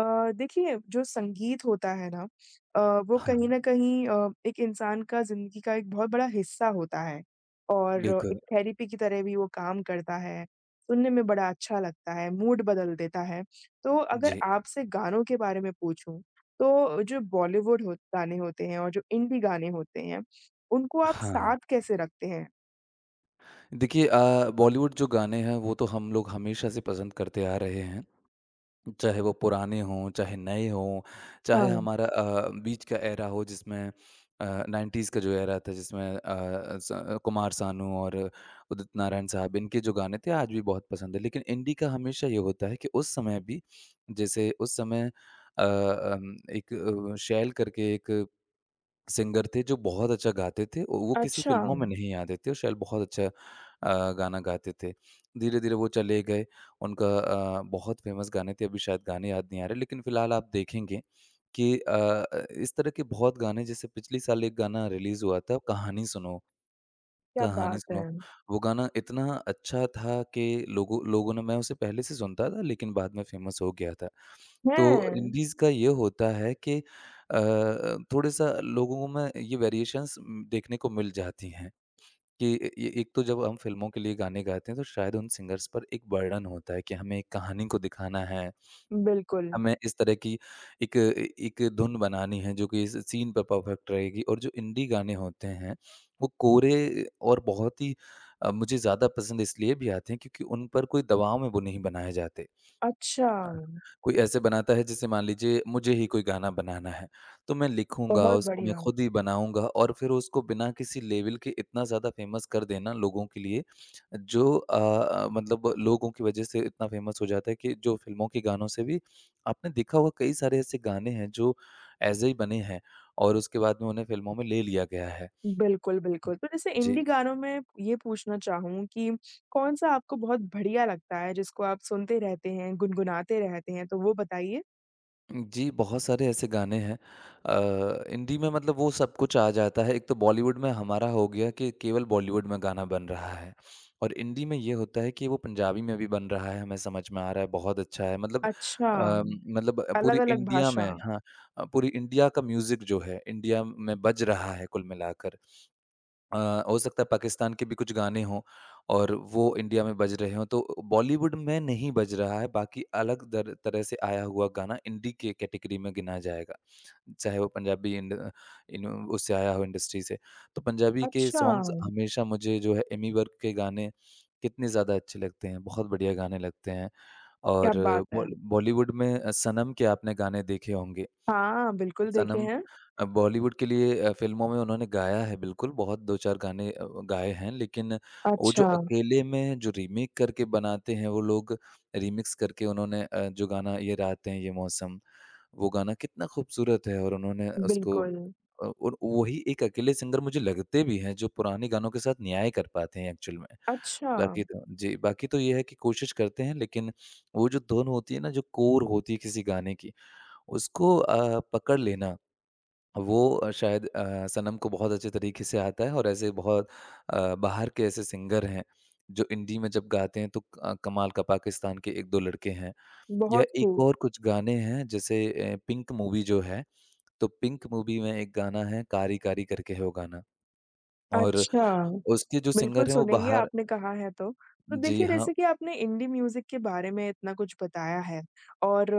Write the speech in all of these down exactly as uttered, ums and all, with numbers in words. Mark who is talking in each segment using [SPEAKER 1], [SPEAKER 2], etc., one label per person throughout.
[SPEAKER 1] अ, देखिए जो संगीत होता है ना अ, वो
[SPEAKER 2] हाँ,
[SPEAKER 1] कहीं न कहीं अ, एक इंसान का ज़िंदगी का एक बहुत बड़ा हिस्सा होता है और एक
[SPEAKER 2] बिल्कुल।
[SPEAKER 1] थेरेपी की तरह भी वो काम करता है। सुनने में बड़ा अच्छा लगता है, मूड बदल देता है। तो अगर
[SPEAKER 2] जी,
[SPEAKER 1] आपसे गानों के बारे में पूछूँ, तो जो बॉलीवुड हो गाने होते हैं और जो इंडी गाने होते हैं, उनको आप
[SPEAKER 2] हाँ।
[SPEAKER 1] साथ कैसे रखते हैं?
[SPEAKER 2] देखिए अ, बॉलीवुड जो गाने हैं वो तो हम लोग हमेशा से पसंद करते आ रहे हैं। चाहे वो पुराने हों, चाहे नए हों, चाहे
[SPEAKER 1] हाँ,
[SPEAKER 2] हमारा अ, बीच का एरा हो जिसमें अ, नाइंटीज़ का जो एरा था जिसमें अ, स कुमार सानू और उदित नारायण साहब इनके जो गाने थे आज भी बहुत पसंद है। लेकिन इंडी का हमेशा ये होता है कि उस समय भी जैसे उस समय अ, अम, एक अ, शैल करके एक सिंगर थे जो बहुत अच्छा गाते थे और वो किसी
[SPEAKER 1] अच्छा,
[SPEAKER 2] फ़िल्मों में नहीं आते थे और शायद बहुत अच्छा अ, गाना गाते थे। धीरे-धीरे वो चले गए। उनका अ, बहुत फ़ेमस गाने थे, अभी शायद गाने याद नहीं आ रहे लेकिन फ़िलहाल आप देखेंगे कि अ अ, इस तरह के बहुत गाने जैसे पिछले साल एक गाना रिलीज़ हुआ था कहानी सुनो,
[SPEAKER 1] क्या
[SPEAKER 2] कहानी
[SPEAKER 1] बात है!
[SPEAKER 2] सुनो। वो गाना इतना अच्छा था कि लोगों लोगों ने मैं उसे पहले से सुनता था लेकिन बाद में फ़ेमस हो गया था। तो
[SPEAKER 1] हैं?
[SPEAKER 2] इंडीज़ का ये होता है कि अ, थोड़े-सा लोगों में ये वेरिएशंस उम, देखने को मिल जाती हैं कि ए ए एक तो जब हम फ़िल्मों के लिए गाने गाते हैं, तो शायद उन सिंगर्स पर एक बर्डन होता है कि हमें एक कहानी को दिखाना है,
[SPEAKER 1] बिल्कुल,
[SPEAKER 2] हमें इस तरह की एक ए एक धुन बनानी है, जो कि इस सीन पे परफेक्ट रहेगी। और जो इंडी गाने होते हैं, वो कोरे और बहुत ही अ, मुझे ज़्यादा पसंद इसलिए भी आते हैं क्योंकि उन पर कोई दबाव में वो नहीं बनाए जाते।
[SPEAKER 1] अच्छा,
[SPEAKER 2] हाँ, कोई ऐसे बनाता है जैसे मान लीजिए मुझे ही कोई गाना बनाना है, तो मैं लिखूँगा,
[SPEAKER 1] बहुत
[SPEAKER 2] उसको मैं
[SPEAKER 1] बढ़िया।
[SPEAKER 2] खुद ही बनाऊँगा और फिर उसको बिना किसी लेवल के इतना ज़्यादा फ़ेमस कर देना लोगों के लिए, जो अ अ, मतलब लोगों की वजह से इतना फ़ेमस हो जाता है कि जो फ़िल्मों के गानों से भी आपने देखा होगा कई सारे ऐसे गाने हैं जो ऐसे ही बने हैं और उसके बाद में उन्हें फ़िल्मों में ले लिया गया है।
[SPEAKER 1] बिल्कुल, बिल्कुल। तो जैसे इंडी
[SPEAKER 2] जी।
[SPEAKER 1] गानों में ये पूछना चाहूँ कि कौन-सा आपको बहुत बढ़िया लगता है, जिसको आप सुनते रहते हैं, गुनगुनाते रहते हैं? तो वो बताइए।
[SPEAKER 2] जी, बहुत सारे ऐसे गाने हैं। अ, हिंदी में मतलब वो सब कुछ आ जाता है। एक तो बॉलीवुड में हमारा हो गया कि केवल बॉलीवुड में गाना बन रहा है और हिंदी में ये होता है कि वो पंजाबी में भी बन रहा है, हमें समझ में आ रहा है, बहुत अच्छा है। मतलब
[SPEAKER 1] अच्छा,
[SPEAKER 2] अ, मतलब पूरी
[SPEAKER 1] अलग-अलग
[SPEAKER 2] इंडिया में,
[SPEAKER 1] भाषा।
[SPEAKER 2] हाँ, अ, पूरी इंडिया का म्यूज़िक जो है, इंडिया में बज रहा है कुल मिलाकर। अ, हो सकता है पाकिस्तान के भी कुछ गाने हों और वो इंडिया में बज रहे हों, तो बॉलीवुड में नहीं बज रहा है, बाकी अलग दर तरह से आया हुआ गाना इंडी के कैटेगरी में गिना जाएगा। चाहे वो पंजाबी इंड इन उससे आया हो इंडस्ट्री से। तो पंजाबी के
[SPEAKER 1] अच्छा,
[SPEAKER 2] सॉन्ग्स हमेशा मुझे जो है एमी वर्क के गाने कितने ज़्यादा अच्छे लगते हैं, बहुत बढ़िया गाने लगते हैं। और
[SPEAKER 1] क्या बात है!
[SPEAKER 2] बॉल बॉलीवुड में अ, सनम के आपने गाने देखे होंगे।
[SPEAKER 1] हाँ, बिल्कुल देखे
[SPEAKER 2] सनम
[SPEAKER 1] हैं।
[SPEAKER 2] अ, बॉलीवुड के लिए अ, फ़िल्मों में उन्होंने गाया है बिल्कुल, बहुत दो चार गाने अ, गाए हैं, लेकिन वो जो
[SPEAKER 1] अच्छा,
[SPEAKER 2] अकेले में जो रीमेक करके बनाते हैं वो लोग, रीमिक्स करके उन्होंने अ, जो गाना ये रातें ये मौसम, वो गाना कितना खूबसूरत है और उन्होंने उसको
[SPEAKER 1] बिल्कुल।
[SPEAKER 2] अ, और वही एक अकेले सिंगर मुझे लगते भी हैं, जो पुराने गानों के साथ न्याय कर पाते हैं एक्चुअल में।
[SPEAKER 1] अच्छा,
[SPEAKER 2] बाकी तो जी, बाकी तो ये है कि कोशिश करते हैं लेकिन वो जो धुन होती है ना, जो कोर होती है किसी गाने की, उसको अ, पकड़ लेना वो अ, शायद अ, सनम को बहुत अच्छे तरीके से आता है। और ऐसे बहुत अ, बाहर के ऐसे सिंगर हैं जो हिंदी में जब गाते हैं तो क अ, कमाल का पाकिस्तान के एक दो लड़के हैं। या
[SPEAKER 1] बहुत
[SPEAKER 2] एक
[SPEAKER 1] खूब।
[SPEAKER 2] और कुछ गाने हैं जैसे अ, पिंक मूवी जो है, तो पिंक मूवी में एक गाना है कारी कारी करके है वो गाना। और
[SPEAKER 1] अच्छा।
[SPEAKER 2] उसके जो
[SPEAKER 1] बिल्कुल
[SPEAKER 2] सिंगर हैं वो
[SPEAKER 1] सुनेंगे,
[SPEAKER 2] बाहर।
[SPEAKER 1] आपने कहा है तो। तो
[SPEAKER 2] जी
[SPEAKER 1] देखिए
[SPEAKER 2] हाँ,
[SPEAKER 1] जैसे कि आपने इंडी म्यूज़िक के बारे में इतना कुछ बताया है और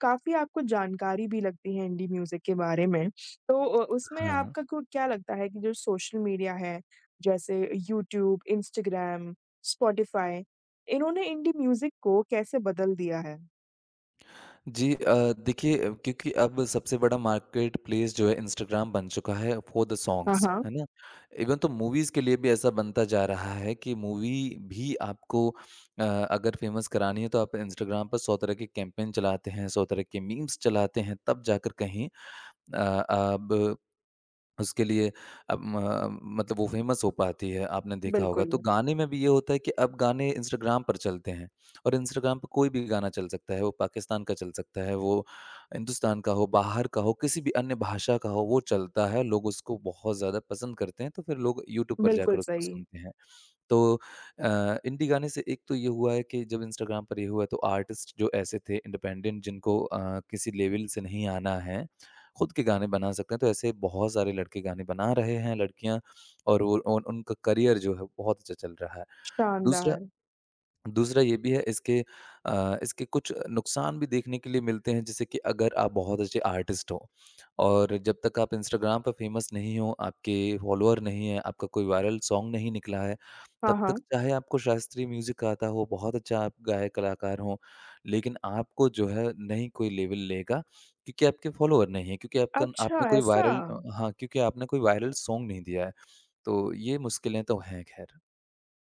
[SPEAKER 1] काफ़ी आपको जानकारी भी लगती है इंडी म्यूज़िक के बारे में। तो अ, उसमें
[SPEAKER 2] हाँ।
[SPEAKER 1] आपका को क्या लगता है कि जो सोशल मीडिया है जैसे यूट्यूब, इंस्टाग्राम, स्पॉटिफ़ाई इन्होंने इंडी म्यूज़िक को कैसे बदल दिया है?
[SPEAKER 2] जी अ, देखिए अ, क्योंकि अब सबसे बड़ा मार्केट प्लेस जो है इंस्टाग्राम बन चुका है फॉर द
[SPEAKER 1] हाँ,
[SPEAKER 2] सॉन्ग्स,
[SPEAKER 1] हाँ।
[SPEAKER 2] है ना। इवन तो मूवीज़ के लिए भी ऐसा बनता जा रहा है कि मूवी भी आपको अ, अगर फेमस करानी है तो आप इंस्टाग्राम पर सौ तरह के कैंपेन चलाते हैं, सौ तरह के मीम्स चलाते हैं तब जाकर कहीं उसके लिए अब म मतलब वो फेमस हो पाती है, आपने देखा होगा।
[SPEAKER 1] बिल्कुल,
[SPEAKER 2] तो गाने में भी ये होता है कि अब गाने इंस्टाग्राम पर चलते हैं और इंस्टाग्राम पे कोई भी गाना चल सकता है, वो पाकिस्तान का चल सकता है, वो हिंदुस्तान का हो, बाहर का हो, किसी भी अन्य भाषा का हो, वो चलता है, लोग उसको बहुत ज़्यादा पसंद करते हैं, तो फिर लोग यूट्यूब पर
[SPEAKER 1] बिल्कुल
[SPEAKER 2] जाकर उसको
[SPEAKER 1] सही।
[SPEAKER 2] सुनते हैं। तो अ, इंडी गाने से एक तो ये हुआ है कि जब इंस्टाग्राम पर ये हुआ तो आर्टिस्ट जो ऐसे थे इंडिपेंडेंट जिनको अ, किसी लेवल से नहीं आना है, खुद के गाने बना सकते हैं, तो ऐसे बहुत सारे लड़के गाने बना रहे हैं, लड़कियाँ और वो उन उनका करियर जो है बहुत अच्छा चल रहा है। दूसरा
[SPEAKER 1] शानदार।
[SPEAKER 2] दूसरा ये भी है इसके अ, इसके कुछ नुकसान भी देखने के लिए मिलते हैं जैसे कि अगर आप बहुत अच्छे आर्टिस्ट हो और जब तक आप इंस्टाग्राम पर फेमस नहीं हो, आपके फॉलोअर नहीं है, आपका कोई वायरल सॉन्ग नहीं निकला है,
[SPEAKER 1] हाँ,
[SPEAKER 2] तब तक
[SPEAKER 1] हाँ।
[SPEAKER 2] चाहे आपको शास्त्रीय म्यूज़िक आता हो, बहुत अच्छा आप गायक कलाकार हो, लेकिन आपको जो है नहीं कोई लेवल लेगा क्योंकि आपके फॉलोअर नहीं है, क्योंकि आपका
[SPEAKER 1] अच्छा
[SPEAKER 2] आपने कोई
[SPEAKER 1] ऐसा?
[SPEAKER 2] वायरल अ, हाँ, क्योंकि आपने कोई वायरल सॉन्ग नहीं दिया है। तो ये मुश्किलें तो हैं खैर।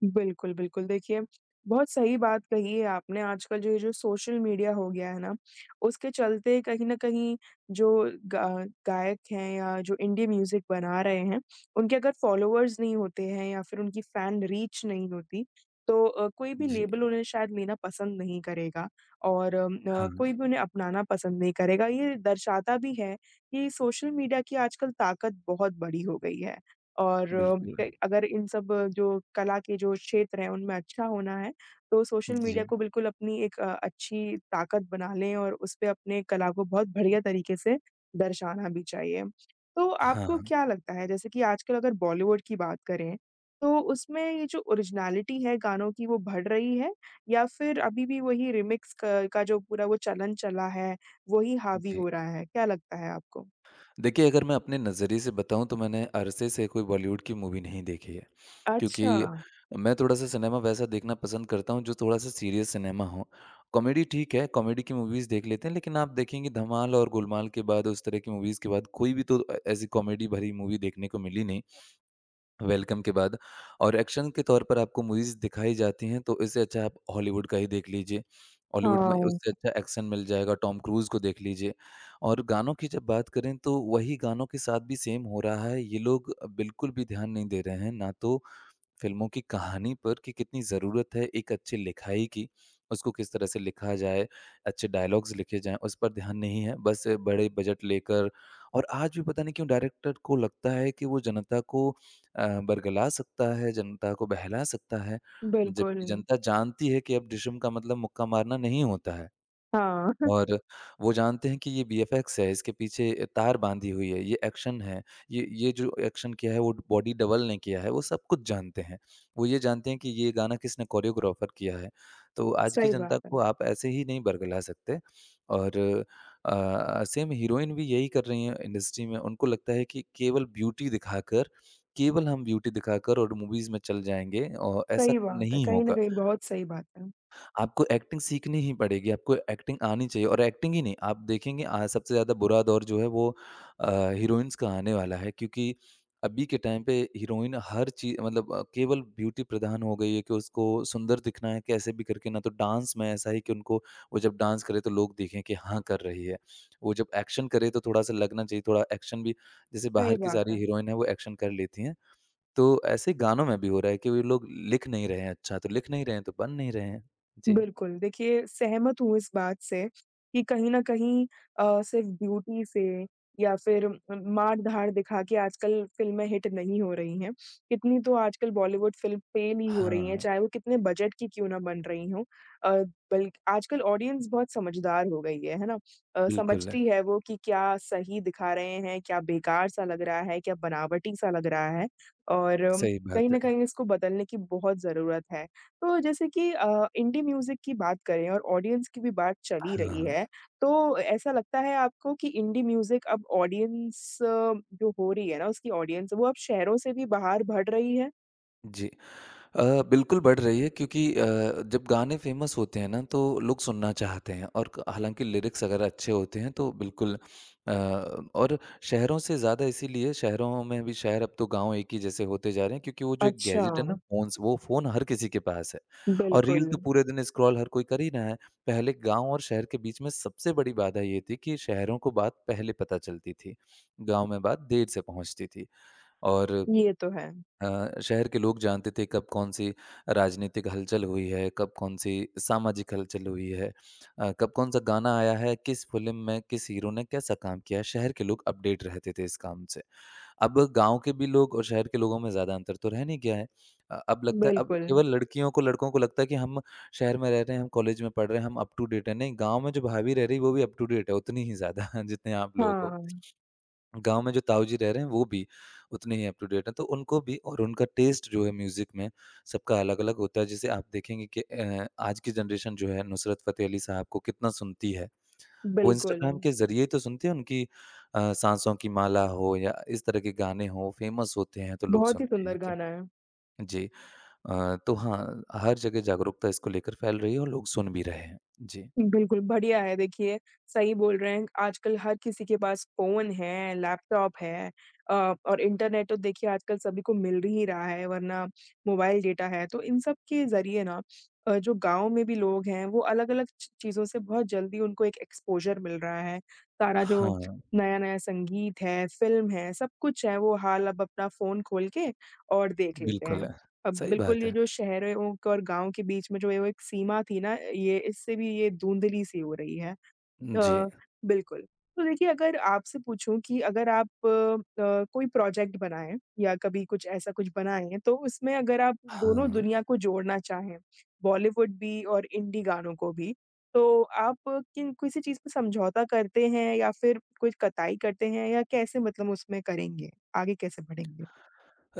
[SPEAKER 1] बिल्कुल, बिल्कुल। देखिए, बहुत सही बात कही है आपने। आजकल जो ये जो सोशल मीडिया हो गया है ना, उसके चलते कहीं न कहीं जो गा गायक हैं या जो इंडी म्यूज़िक बना रहे हैं, उनके अगर फ़ॉलोवर्स नहीं होते हैं या फिर उनकी फ़ैन रीच नहीं होती, तो अ, कोई भी
[SPEAKER 2] जी।
[SPEAKER 1] लेबल उन्हें शायद लेना पसंद नहीं करेगा और अम, अ,
[SPEAKER 2] हाँ,
[SPEAKER 1] कोई भी उन्हें अपनाना पसंद नहीं करेगा। ये दर्शाता भी है कि सोशल मीडिया की आजकल ताकत बहुत बड़ी हो गई है। और
[SPEAKER 2] बिल्कुल।
[SPEAKER 1] अ, अगर इन सब जो कला के जो क्षेत्र हैं, उनमें अच्छा होना है, तो सोशल
[SPEAKER 2] जी।
[SPEAKER 1] मीडिया को बिल्कुल अपनी एक अ, अच्छी ताकत बना लें और उसपे अपने कला को बहुत बढ़िया तरीके से दर्शाना भी चाहिए। तो
[SPEAKER 2] हाँ,
[SPEAKER 1] आपको
[SPEAKER 2] हाँ।
[SPEAKER 1] क्या लगता है जैसे कि आजकल अगर बॉलीवुड की बात करें, तो उसमें ये जो ओरिजिनैलिटी है गानों की वो बढ़ रही है या फिर अभी भी वही रीमिक्स क का जो पूरा वो चलन चला है, वही हावी
[SPEAKER 2] जी।
[SPEAKER 1] हो रहा है? क्या लगता है आपको?
[SPEAKER 2] देखिए, अगर मैं अपने नज़रिए से बताऊँ तो मैंने अरसे से कोई बॉलीवुड की मूवी नहीं देखी है।
[SPEAKER 1] अच्छा।
[SPEAKER 2] क्योंकि मैं थोड़ा-सा सिनेमा वैसा देखना पसंद करता हूँ जो थोड़ा-सा सीरियस सिनेमा हो। कॉमेडी ठीक है, कॉमेडी की मूवीज़ देख लेते हैं लेकिन आप देखेंगे धमाल और गोलमाल के बाद उस तरह की मूवीज़ के बाद कोई भी तो अ, ऐसी कॉमेडी भरी मूवी देखने को मिली नहीं। वेलकम के बाद और एक्शन के तौर पर आपको मूवीज़ दिखाई जाती हैं, तो इससे अच्छा आप हॉलीवुड का ही देख लीजिए। हॉलीवुड में
[SPEAKER 1] हाँ,
[SPEAKER 2] उससे अच्छा एक्शन मिल जाएगा, टॉम क्रूज़ को देख लीजिए। और गानों की जब बात करें तो वही गानों के साथ भी सेम हो रहा है, ये लोग बिल्कुल भी ध्यान नहीं दे रहे हैं। ना तो फिल्मों की कहानी पर कि कितनी ज़रूरत है एक अच्छी लिखाई की, उसको किस तरह से लिखा जाए, अच्छे डायलॉग्स लिखे जाएँ, उस पर ध्यान नहीं है, बस बड़े बजट लेकर और आज भी पता नहीं क्यों डायरेक्टर को लगता है कि वो जनता को अ, बरगला सकता है, जनता को बहला सकता है,
[SPEAKER 1] बिल्कुल।
[SPEAKER 2] जबकि जनता जानती है कि अब डिशम का मतलब मुक्का मारना नहीं होता है।
[SPEAKER 1] हाँ,
[SPEAKER 2] और वो जानते हैं कि ये वीएफएक्स है, इसके पीछे तार बाँधी हुई है, ये एक्शन है, ये ये जो एक्शन किया है वो बॉडी डबल ने किया है, वो सब कुछ जानते हैं। वो ये जानते हैं कि ये गाना किसने कोरियोग्राफर किया है। तो आज की
[SPEAKER 1] सही बात
[SPEAKER 2] जनता
[SPEAKER 1] है।
[SPEAKER 2] को आप ऐसे ही नहीं बरगला सकते। और अ, सेम हीरोइन भी यही कर रही हैं इंडस्ट्री में, उनको लगता है कि केवल ब्यूटी दिखाकर केवल हम ब्यूटी दिखाकर और मूवीज़ में चल जाएँगे और ऐसा
[SPEAKER 1] सही बात है,
[SPEAKER 2] नहीं
[SPEAKER 1] कहीं न
[SPEAKER 2] होगा।
[SPEAKER 1] कहीं बहुत सही बात है।
[SPEAKER 2] आपको एक्टिंग सीखनी ही पड़ेगी, आपको एक्टिंग आनी चाहिए और एक्टिंग ही नहीं, आप देखेंगे आज सबसे ज़्यादा बुरा दौर जो है वो अ, हीरोइन्स का आने वाला है क्योंकि अभी के टाइम पे हीरोइन हर चीज़ मतलब अ, केवल ब्यूटी प्रधान हो गई है कि उसको सुंदर दिखना है कैसे भी करके, ना तो डांस में ऐसा है कि उनको वो जब डांस करे तो लोग देखें कि हाँ, कर रही है। वो जब एक्शन करे तो थोड़ा-सा लगना चाहिए, थोड़ा एक्शन भी जैसे
[SPEAKER 1] सही
[SPEAKER 2] बाहर की
[SPEAKER 1] बात
[SPEAKER 2] सारी
[SPEAKER 1] है।
[SPEAKER 2] हीरोइन है वो एक्शन कर लेती हैं। तो ऐसे गानों में भी हो रहा है कि वो लोग लिख नहीं रहे हैं अच्छा, तो लिख नहीं रहे हैं तो बन नहीं रहे हैं। जी।
[SPEAKER 1] बिल्कुल, देखिए सहमत हूँ इस बात से कि कहीं न कहीं अ, सिर्फ ब्यूटी से या फिर मार-धाड़ दिखा के आजकल फ़िल्में हिट नहीं हो रही हैं। कितनी तो आजकल बॉलीवुड फ़िल्म फ़ेल ही हो रही हैं,
[SPEAKER 2] हाँ,
[SPEAKER 1] चाहे वो कितने बजट की क्यों ना बन रही हों। अ, बल्कि आजकल ऑडियंस बहुत समझदार हो गई है, है ना? अ,
[SPEAKER 2] बिल्कुल,
[SPEAKER 1] समझती है वो कि क्या सही दिखा रहे हैं, क्या बेकार-सा लग रहा है, क्या बनावटी-सा लग रहा है और अम,
[SPEAKER 2] सही
[SPEAKER 1] कहीं
[SPEAKER 2] बात
[SPEAKER 1] न
[SPEAKER 2] है।
[SPEAKER 1] कहीं इसको बदलने की बहुत ज़रूरत है। तो जैसे कि अ, इंडी म्यूज़िक की बात करें और ऑडियंस की भी बात चल ही रही
[SPEAKER 2] हाँ,
[SPEAKER 1] है, तो ऐसा लगता है आपको कि इंडी म्यूज़िक अब ऑडियंस जो हो रही है ना, उसकी ऑडियंस वो अब शहरों से भी बाहर बढ़ रही है?
[SPEAKER 2] जी। अ, बिल्कुल बढ़ रही है क्योंकि अ, जब गाने फेमस होते हैं ना तो लोग सुनना चाहते हैं और क- हालांकि लिरिक्स अगर अच्छे होते हैं तो बिल्कुल अ, और शहरों से ज़्यादा इसीलिए शहरों में भी शहर अब तो गांव एक ही जैसे होते जा रहे हैं क्योंकि वो जो एक
[SPEAKER 1] अच्छा,
[SPEAKER 2] गैजेट है ना फोन्स वो फ़ोन हर किसी के पास है और रील
[SPEAKER 1] बिल्कुल।
[SPEAKER 2] तो पूरे दिन स्क्रॉल हर कोई कर ही रहा है। पहले गांव और शहर के बीच में सबसे बड़ी बाधा ये थी कि शहरों को बात पहले पता चलती थी, गांव में बात देर से पहुंचती थी और
[SPEAKER 1] ये तो है।
[SPEAKER 2] अ, शहर के लोग जानते थे कब कौन-सी राजनीतिक हलचल हुई है, कब कौन-सी सामाजिक हलचल हुई है, अ, कब कौन-सा गाना आया है, किस फ़िल्म में किस हीरो ने कैसा काम किया है, शहर के लोग अपडेट रहते थे इस काम से। अब गाँव के भी लोग और शहर के लोगों में ज़्यादा अंतर तो रह नहीं गया है। अ, अब लगता है अब
[SPEAKER 1] बिल्कुल।
[SPEAKER 2] केवल लड़कियों को लड़कों को लगता है कि हम शहर में रह रहे हैं, हम कॉलेज में पढ़ रहे हैं, हम अप टू डेट हैं, नहीं गाँव में जो भाभी रह रही है वो भी अप टू डेट है, उतनी ही ज़्यादा जितने आप लोगों को।
[SPEAKER 1] हाँ,
[SPEAKER 2] गाँव में जो ताऊ जी रह रहे हैं वो भी उतने ही अप टू डेट हैं। तो उनको भी और उनका टेस्ट जो है म्यूज़िक में सबका अलग-अलग होता है। जैसे आप देखेंगे कि अ, आज की जनरेशन जो है नुसरत फ़तेह अली साहब को कितना सुनती है। वो
[SPEAKER 1] बिल्कुल।
[SPEAKER 2] इंस्टाग्राम के ज़रिए ही तो सुनती है उनकी अ, सांसों की माला हो या इस तरह के गाने हो फ़ेमस होते हैं तो लोग
[SPEAKER 1] बहुत ही
[SPEAKER 2] सुनते हैं
[SPEAKER 1] सुंदर
[SPEAKER 2] कि
[SPEAKER 1] गाना है।
[SPEAKER 2] जी। अ, तो हाँ, हर जगह जागरूकता इसको लेकर फैल रही है और लोग सुन भी रहे हैं। जी।
[SPEAKER 1] बिल्कुल, बढ़िया है देखिए, सही बोल रहे हैं। आजकल हर किसी के पास फ़ोन है, लैपटॉप है अ, और इंटरनेट तो देखिए आजकल सभी को मिल ही रहा है वरना मोबाइल डेटा है। तो इन सब के ज़रिए ना अ, जो गाँव में भी लोग हैं वो अलग-अलग च चीज़ों से बहुत जल्दी उनको एक एक्सपोज़र मिल रहा है। सारा जो
[SPEAKER 2] हाँ,
[SPEAKER 1] नया-नया संगीत है, फ़िल्म है, सब कुछ है वो हाल अब अपना फ़ोन खोल के और देख लेते
[SPEAKER 2] बिल्कुल।
[SPEAKER 1] हैं। अब
[SPEAKER 2] सही
[SPEAKER 1] बिल्कुल
[SPEAKER 2] बात
[SPEAKER 1] ये
[SPEAKER 2] है।
[SPEAKER 1] जो शहरों के और गाँव के बीच में जो ये वो एक सीमा थी ना, ये इससे भी ये धुंधली-सी हो रही है। अ,
[SPEAKER 2] जी।
[SPEAKER 1] बिल्कुल। तो देखिए अगर आपसे पूछूँ कि अगर आप अ, अ, कोई प्रोजेक्ट बनाएँ या कभी कुछ ऐसा कुछ बनाएँ, तो उसमें अगर आप दोनों
[SPEAKER 2] हाँ।
[SPEAKER 1] दुनिया को जोड़ना चाहें, बॉलीवुड भी और इंडी गानों को भी, तो आप किन किसी चीज़ पे समझौता करते हैं या फिर कुछ कताई करते हैं या कैसे मतलब उसमें करेंगे? आगे कैसे बढ़ेंगे?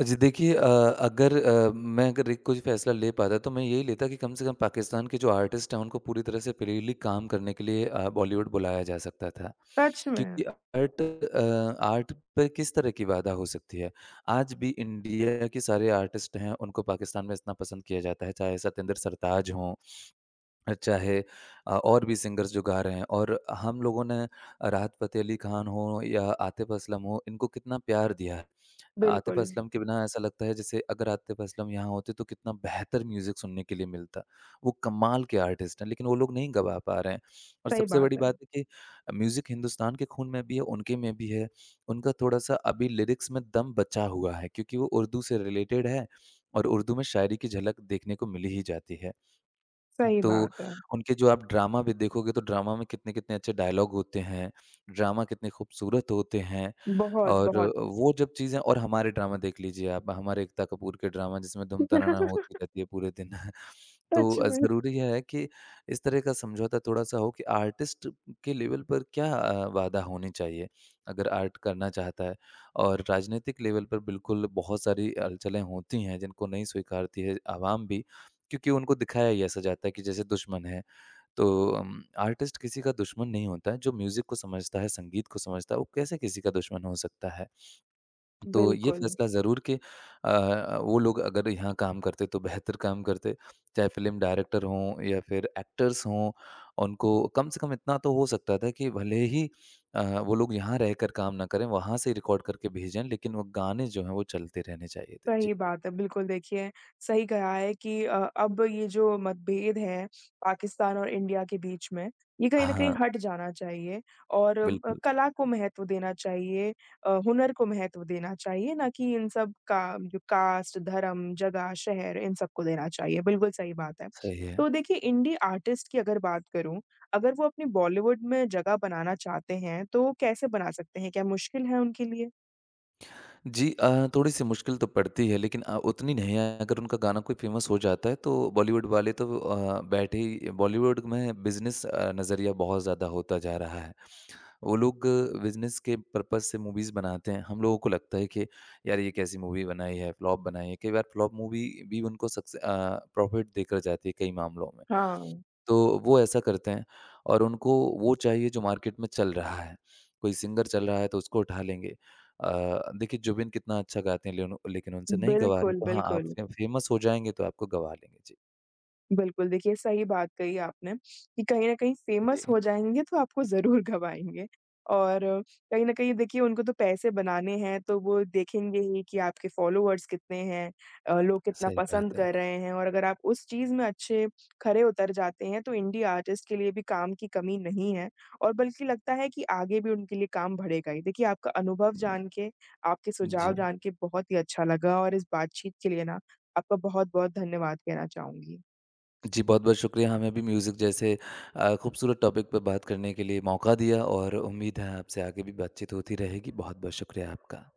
[SPEAKER 2] जी देखिए अ, अगर अ, मैं अगर एक कुछ फ़ैसला ले पाता तो मैं यही लेता कि कम से कम पाकिस्तान के जो आर्टिस्ट हैं उनको पूरी तरह से फ्रीली काम करने के लिए अ, बॉलीवुड बुलाया जा सकता था।
[SPEAKER 1] सच में,
[SPEAKER 2] क्योंकि आर्ट अ, आर्ट पे किस तरह की बाधा हो सकती है। आज भी इंडिया के सारे आर्टिस्ट हैं उनको पाकिस्तान में इतना पसंद किया जाता है, चाहे सतेंद्र सरताज हों चाहे अ, और भी सिंगर्स जो गा रहे हैं और हम लोगों ने राहत फ़तेह अली ख़ान हो या आतिफ़ असलम हो, इनको कितना प्यार दिया है। आतिफ़
[SPEAKER 1] बिल्कुल,
[SPEAKER 2] असलम के बिना ऐसा लगता है जैसे अगर आतिफ़ असलम यहाँ होते तो कितना बेहतर म्यूज़िक सुनने के लिए मिलता। वो कमाल के आर्टिस्ट हैं लेकिन वो लोग नहीं गवा पा रहे हैं और
[SPEAKER 1] सही
[SPEAKER 2] सबसे बड़ी
[SPEAKER 1] बात है।
[SPEAKER 2] बात है कि म्यूज़िक हिंदुस्तान के खून में भी है, उनके में भी है। उनका थोड़ा-सा अभी लिरिक्स में दम बचा हुआ है क्योंकि वो उर्दू से रिलेटेड है और उर्दू में शायरी की झलक देखने को मिल ही जाती है।
[SPEAKER 1] सही
[SPEAKER 2] तो
[SPEAKER 1] बात है।
[SPEAKER 2] उनके जो आप ड्रामा भी देखोगे तो ड्रामा में कितने-कितने अच्छे डायलॉग होते हैं, ड्रामा कितने खूबसूरत होते हैं
[SPEAKER 1] बहुत,
[SPEAKER 2] और
[SPEAKER 1] बहुत।
[SPEAKER 2] वो जब चीज़ें और हमारे ड्रामा देख लीजिए आप, हमारे एकता कपूर के ड्रामा जिसमें धूम तनाना होती रहती है पूरे दिन। तो
[SPEAKER 1] सच
[SPEAKER 2] अ,
[SPEAKER 1] में,
[SPEAKER 2] ज़रूरी है कि इस तरह का समझौता थोड़ा-सा हो कि आर्टिस्ट के लेवल पर क्या अ, वादा होनी चाहिए, अगर आर्ट करना चाहता है और राजनीतिक लेवल पर बिल्कुल बहुत सारी हलचलें होती हैं जिनको नहीं स्वीकारती है आवाम भी। क्योंकि उनको दिखाया ही ऐसा जाता है कि जैसे दुश्मन है। तो उम, आर्टिस्ट किसी का दुश्मन नहीं होता है, जो म्यूज़िक को समझता है, संगीत को समझता है, वो कैसे किसी का दुश्मन हो सकता है? तो ये
[SPEAKER 1] बिल्कुल।
[SPEAKER 2] फैसला ज़रूर कि अ, वो लोग अगर यहाँ काम करते तो बेहतर काम करते, चाहे फ़िल्म डायरेक्टर हों या फिर एक्टर्स हों, उनको कम से कम इतना तो हो सकता था कि भले ही अ, वो लोग यहाँ रहकर काम ना करें, वहाँ से रिकॉर्ड करके भेजें, लेकिन वो गाने जो हैं, वो चलते रहने चाहिए थे। जी।
[SPEAKER 1] सही बात है, बिल्कुल देखिए, सही कहा है कि अ, अब ये जो मतभेद है पाकिस्तान और इंडिया के बीच में, ये कहीं न कहीं
[SPEAKER 2] हाँ,
[SPEAKER 1] हट जाना चाहिए और अम, अ,
[SPEAKER 2] बिल्कुल,
[SPEAKER 1] कला को महत्व देना चाहिए अ, हुनर को महत्व देना चाहिए, ना कि इन सब का जो कास्ट, धर्म, जगह, शहर इन सबको देना चाहिए, बिल्कुल सही बात है।
[SPEAKER 2] सही है।
[SPEAKER 1] तो देखिए इंडी आर्टिस्ट की अगर बात करूँ, अगर वो अपनी बॉलीवुड में जगह बनाना चाहते हैं, तो कैसे बना सकते हैं? क्या मुश्किल है उनके लिए?
[SPEAKER 2] जी अ, थोड़ी-सी मुश्किल तो पड़ती है लेकिन अ, उतनी नहीं है अगर उनका गाना कोई फ़ेमस हो जाता है तो बॉलीवुड वाले तो अ, बैठे ही बॉलीवुड में बिज़नेस अ, नज़रिया बहुत ज़्यादा होता जा रहा है। वो लोग बिज़नेस के पर्पज़ से मूवीज़ बनाते हैं। हम लोगों को लगता है कि यार ये कैसी मूवी बनाई है, फ्लॉप बनाई है। कई बार फ्लॉप मूवी भी उनको सक्से अ, प्रॉफ़िट देकर जाती है कई मामलों में।
[SPEAKER 1] हाँ,
[SPEAKER 2] तो वो ऐसा करते हैं और उनको वो चाहिए जो मार्केट में चल रहा है। कोई सिंगर चल रहा है तो उसको उठा लेंगे। अ, देखिए जुबिन कितना अच्छा गाते हैं लेनो लेकिन उनसे नहीं गवा रहे
[SPEAKER 1] बिल्कुल,
[SPEAKER 2] तो हाँ, आप
[SPEAKER 1] बिल्कुल।
[SPEAKER 2] फे फेमस हो जाएँगे तो आपको गवा लेंगे। जी,
[SPEAKER 1] बिल्कुल, देखिए सही बात कही आपने कि कहीं न कहीं फ़ेमस
[SPEAKER 2] जी,
[SPEAKER 1] हो जाएँगे तो आपको ज़रूर घबाएँगे और कहीं न कहीं देखिए उनको तो पैसे बनाने हैं, तो वो देखेंगे ही कि आपके फ़ॉलोअर्स कितने हैं अ, लोग कितना
[SPEAKER 2] सही
[SPEAKER 1] पसंद
[SPEAKER 2] बात है।
[SPEAKER 1] कर रहे हैं और अगर आप उस चीज़ में अच्छे खरे उतर जाते हैं, तो इंडी आर्टिस्ट के लिए भी काम की कमी नहीं है और बल्कि लगता है कि आगे भी उनके लिए काम बढ़ेगा ही। देखिए आपका अनुभव जान के, आपके सुझाव
[SPEAKER 2] जी।
[SPEAKER 1] जान के बहुत ही अच्छा लगा और इस बातचीत के लिए ना आपका बहुत-बहुत धन्यवाद कहना चाहूँगी।
[SPEAKER 2] जी, बहुत-बहुत शुक्रिया हमें भी म्यूज़िक जैसे अ, खूबसूरत टॉपिक पे बात करने के लिए मौका दिया और उम्मीद है आपसे आगे भी बातचीत होती रहेगी। बहुत-बहुत शुक्रिया आपका।